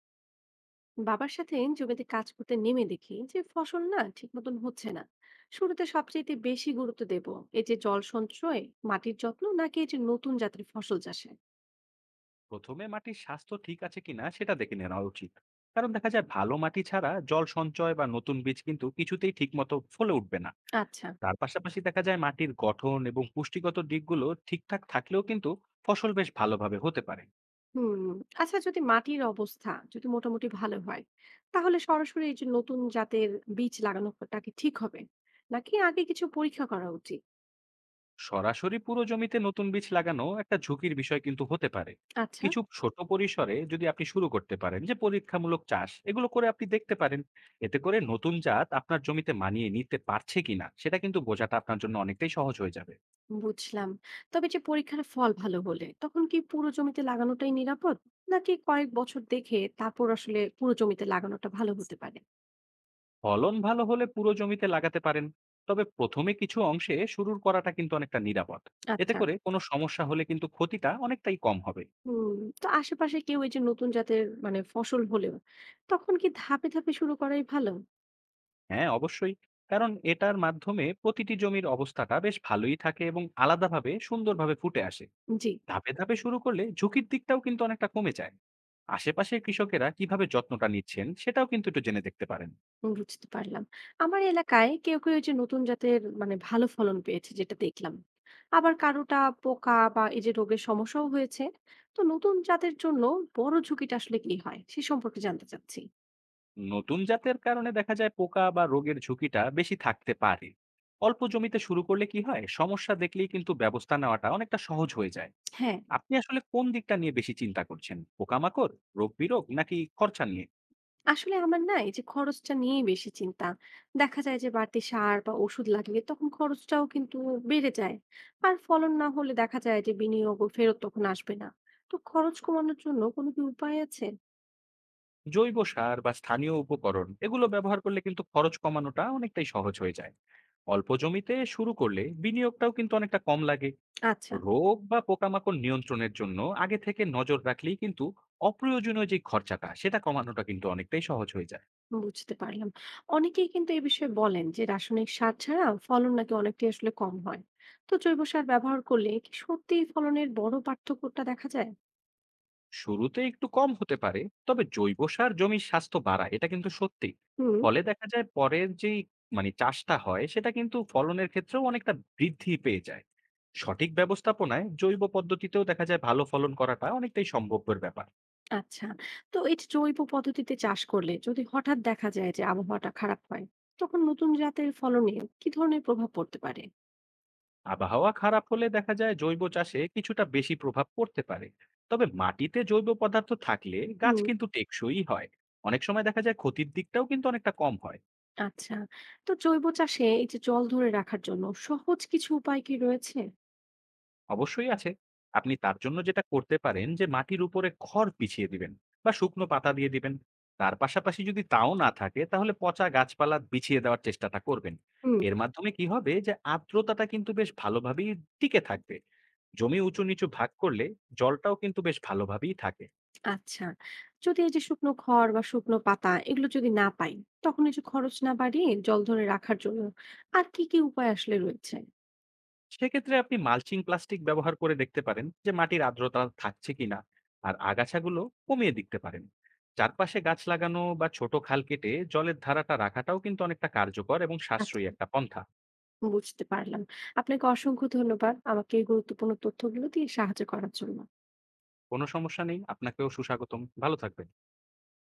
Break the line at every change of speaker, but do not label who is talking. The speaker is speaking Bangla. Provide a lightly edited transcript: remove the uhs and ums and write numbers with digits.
বাবার সাথে জমিতে কাজ করতে নেমে দেখি যে ফসল না ঠিক মতন হচ্ছে না। শুরুতে সবচেয়ে বেশি গুরুত্ব দেব এই যে জল সঞ্চয়, মাটির যত্ন নাকি এই যে নতুন জাতের ফসল চাষে?
প্রথমে মাটির স্বাস্থ্য ঠিক আছে কিনা সেটা দেখে নেওয়া উচিত। কারণ দেখা যায় ভালো মাটি ছাড়া জল সঞ্চয় বা নতুন বীজ কিন্তু কিছুতেই ঠিকমতো ফলে উঠবে না।
আচ্ছা।
তার পাশাপাশি দেখা যায় মাটির গঠন এবং পুষ্টিগত দিকগুলো ঠিকঠাক থাকলেও কিন্তু ফসল বেশ ভালোভাবে হতে পারে।
হুম। আচ্ছা, যদি মাটির অবস্থা যদি মোটামুটি ভালো হয়, তাহলে সরাসরি এই যে নতুন জাতের বীজ লাগানোটা কি ঠিক হবে, নাকি আগে কিছু পরীক্ষা করা উচিত?
সরাসরি পুরো জমিতে নতুন বীজ লাগানো একটা ঝুঁকির বিষয় কিন্তু হতে পারে।
আচ্ছা।
কিছু ছোট পরিসরে যদি আপনি শুরু করতে পারেন যে পরীক্ষামূলক চাষ এগুলো করে আপনি দেখতে পারেন, এতে করে নতুন জাত আপনার জমিতে মানিয়ে নিতে পারছে কিনা সেটা কিন্তু বোঝাটা আপনার জন্য অনেকটাই সহজ হয়ে যাবে।
বুঝলাম। তবে যে পরীক্ষার ফল ভালো হলে তখন কি পুরো জমিতে লাগানোটাই নিরাপদ, নাকি কয়েক বছর দেখে তারপর আসলে পুরো জমিতে লাগানোটা ভালো হতে পারে?
ফলন ভালো হলে পুরো জমিতে লাগাতে পারেন, তবে প্রথমে কিছু অংশে শুরুর করাটা কিন্তু অনেকটা নিরাপদ। এতে
আচ্ছা।
করে কোনো সমস্যা হলে কিন্তু ক্ষতিটা অনেকটাই কম হবে।
হুম। তো আশেপাশে কেউ এই যে নতুন জাতের মানে ফসল হলেও তখন কি ধাপে ধাপে শুরু করাই ভালো?
হ্যাঁ, অবশ্যই। কারণ এটার মাধ্যমে প্রতিটি জমির অবস্থাটা বেশ ভালোই থাকে এবং আলাদাভাবে সুন্দরভাবে ফুটে আসে।
জি।
ধাপে ধাপে শুরু করলে ঝুঁকির দিকটাও কিন্তু অনেকটা কমে যায়। আশেপাশের কৃষকেরা কিভাবে যত্নটা নিচ্ছেন সেটাও কিন্তু একটু জেনে দেখতে পারেন।
বুঝতে পারলাম। আমার এলাকায় কেউ কেউ এই যে নতুন জাতের মানে ভালো ফলন পেয়েছে যেটা দেখলাম, আবার কারোটা পোকা বা এই যে রোগের সমস্যাও হয়েছে। তো নতুন জাতের জন্য বড় ঝুঁকিটা আসলে কি হয় সে সম্পর্কে জানতে চাচ্ছি।
নতুন জাতের কারণে দেখা যায় পোকা বা রোগের ঝুঁকিটা বেশি থাকতে পারে। অল্প জমিতে শুরু করলে কি হয়, সমস্যা দেখলেই কিন্তু ব্যবস্থা নেওয়াটা অনেকটা সহজ হয়ে যায়।
হ্যাঁ,
আপনি আসলে কোন দিকটা নিয়ে বেশি চিন্তা করছেন, পোকামাকড়, রোগ বিরোগ নাকি খরচা নিয়ে?
আসলে আমার না এই যে খরচটা নিয়েই বেশি চিন্তা। দেখা যায় যে বাড়তি সার বা ওষুধ লাগলে তখন খরচটাও কিন্তু বেড়ে যায়। আর ফলন না হলে দেখা যায় যে বিনিয়োগও ফেরত তখন আসবে না। তো খরচ কমানোর জন্য কোনো কি উপায় আছে?
জৈব সার বা স্থানীয় উপকরণ এগুলো ব্যবহার করলে কিন্তু খরচ কমানোটা অনেকটাই সহজ হয়ে যায়। অল্প জমিতে শুরু করলে বিনিয়োগটাও কিন্তু অনেকটা কম লাগে।
আচ্ছা।
রোগ বা পোকামাকড় নিয়ন্ত্রণের জন্য আগে থেকে নজর রাখলেই কিন্তু অপ্রয়োজনীয় যে খরচাটা সেটা কমানোটা কিন্তু অনেকটাই সহজ হয়ে যায়।
বুঝতে পারলাম। অনেকেই কিন্তু এ বিষয়ে বলেন যে রাসায়নিক সার ছাড়া ফলন নাকি অনেকটাই আসলে কম হয়। তো জৈব সার ব্যবহার করলে কি সত্যিই ফলনের বড় পার্থক্যটা দেখা যায়?
শুরুতে একটু কম হতে পারে, তবে জৈব সার জমির স্বাস্থ্য বাড়ায় এটা কিন্তু সত্যি।
হুম।
ফলে দেখা যায় পরের যেই মানে চাষটা হয় সেটা কিন্তু ফলনের ক্ষেত্রেও অনেকটা বৃদ্ধি পেয়ে যায়। সঠিক ব্যবস্থাপনায় জৈব পদ্ধতিতেও দেখা যায় ভালো ফলন করাটা অনেকটাই সম্ভবের ব্যাপার।
আচ্ছা। তো এই যে জৈব পদ্ধতিতে চাষ করলে যদি হঠাৎ দেখা যায় যে আবহাওয়াটা খারাপ হয়, তখন নতুন জাতের ফলনে কি ধরনের প্রভাব পড়তে পারে?
আবহাওয়া খারাপ হলে দেখা যায় জৈব চাষে কিছুটা বেশি প্রভাব পড়তে পারে, তবে মাটিতে জৈব পদার্থ থাকলে গাছ
হুম।
কিন্তু টেকসই হয়। অনেক সময় দেখা যায় ক্ষতির দিকটাও কিন্তু অনেকটা কম হয়।
আচ্ছা। তো জৈব চাষে এই যে জল ধরে রাখার জন্য সহজ কিছু উপায় কি রয়েছে?
অবশ্যই আছে। আপনি তার জন্য যেটা করতে পারেন যে মাটির উপরে খড় বিছিয়ে দিবেন বা শুকনো পাতা দিয়ে দিবেন। তার পাশাপাশি যদি তাও না থাকে তাহলে পচা গাছপালা বিছিয়ে দেওয়ার চেষ্টাটা করবেন।
হুম।
এর মাধ্যমে কি হবে যে আর্দ্রতাটা কিন্তু বেশ ভালোভাবেই টিকে থাকবে। জমি উঁচু নিচু ভাগ করলে জলটাও কিন্তু বেশ ভালোভাবেই থাকে।
আচ্ছা, যদি এই যে শুকনো খড় বা শুকনো পাতা এগুলো যদি না পাই, তখন এই যে খরচ না বাড়িয়ে জল ধরে রাখার জন্য আর কি কি উপায় আসলে রয়েছে?
সেক্ষেত্রে আপনি মালচিং প্লাস্টিক ব্যবহার করে দেখতে পারেন যে মাটির আর্দ্রতা থাকছে কিনা, আর আগাছাগুলো কমিয়ে দেখতে পারেন। চারপাশে গাছ লাগানো বা ছোট খাল কেটে জলের ধারাটা রাখাটাও কিন্তু অনেকটা কার্যকর এবং সাশ্রয়ী
আচ্ছা।
একটা পন্থা।
বুঝতে পারলাম। আপনাকে অসংখ্য ধন্যবাদ আমাকে এই গুরুত্বপূর্ণ তথ্যগুলো দিয়ে সাহায্য করার জন্য।
কোনো সমস্যা নেই, আপনাকেও সুস্বাগতম, ভালো থাকবেন।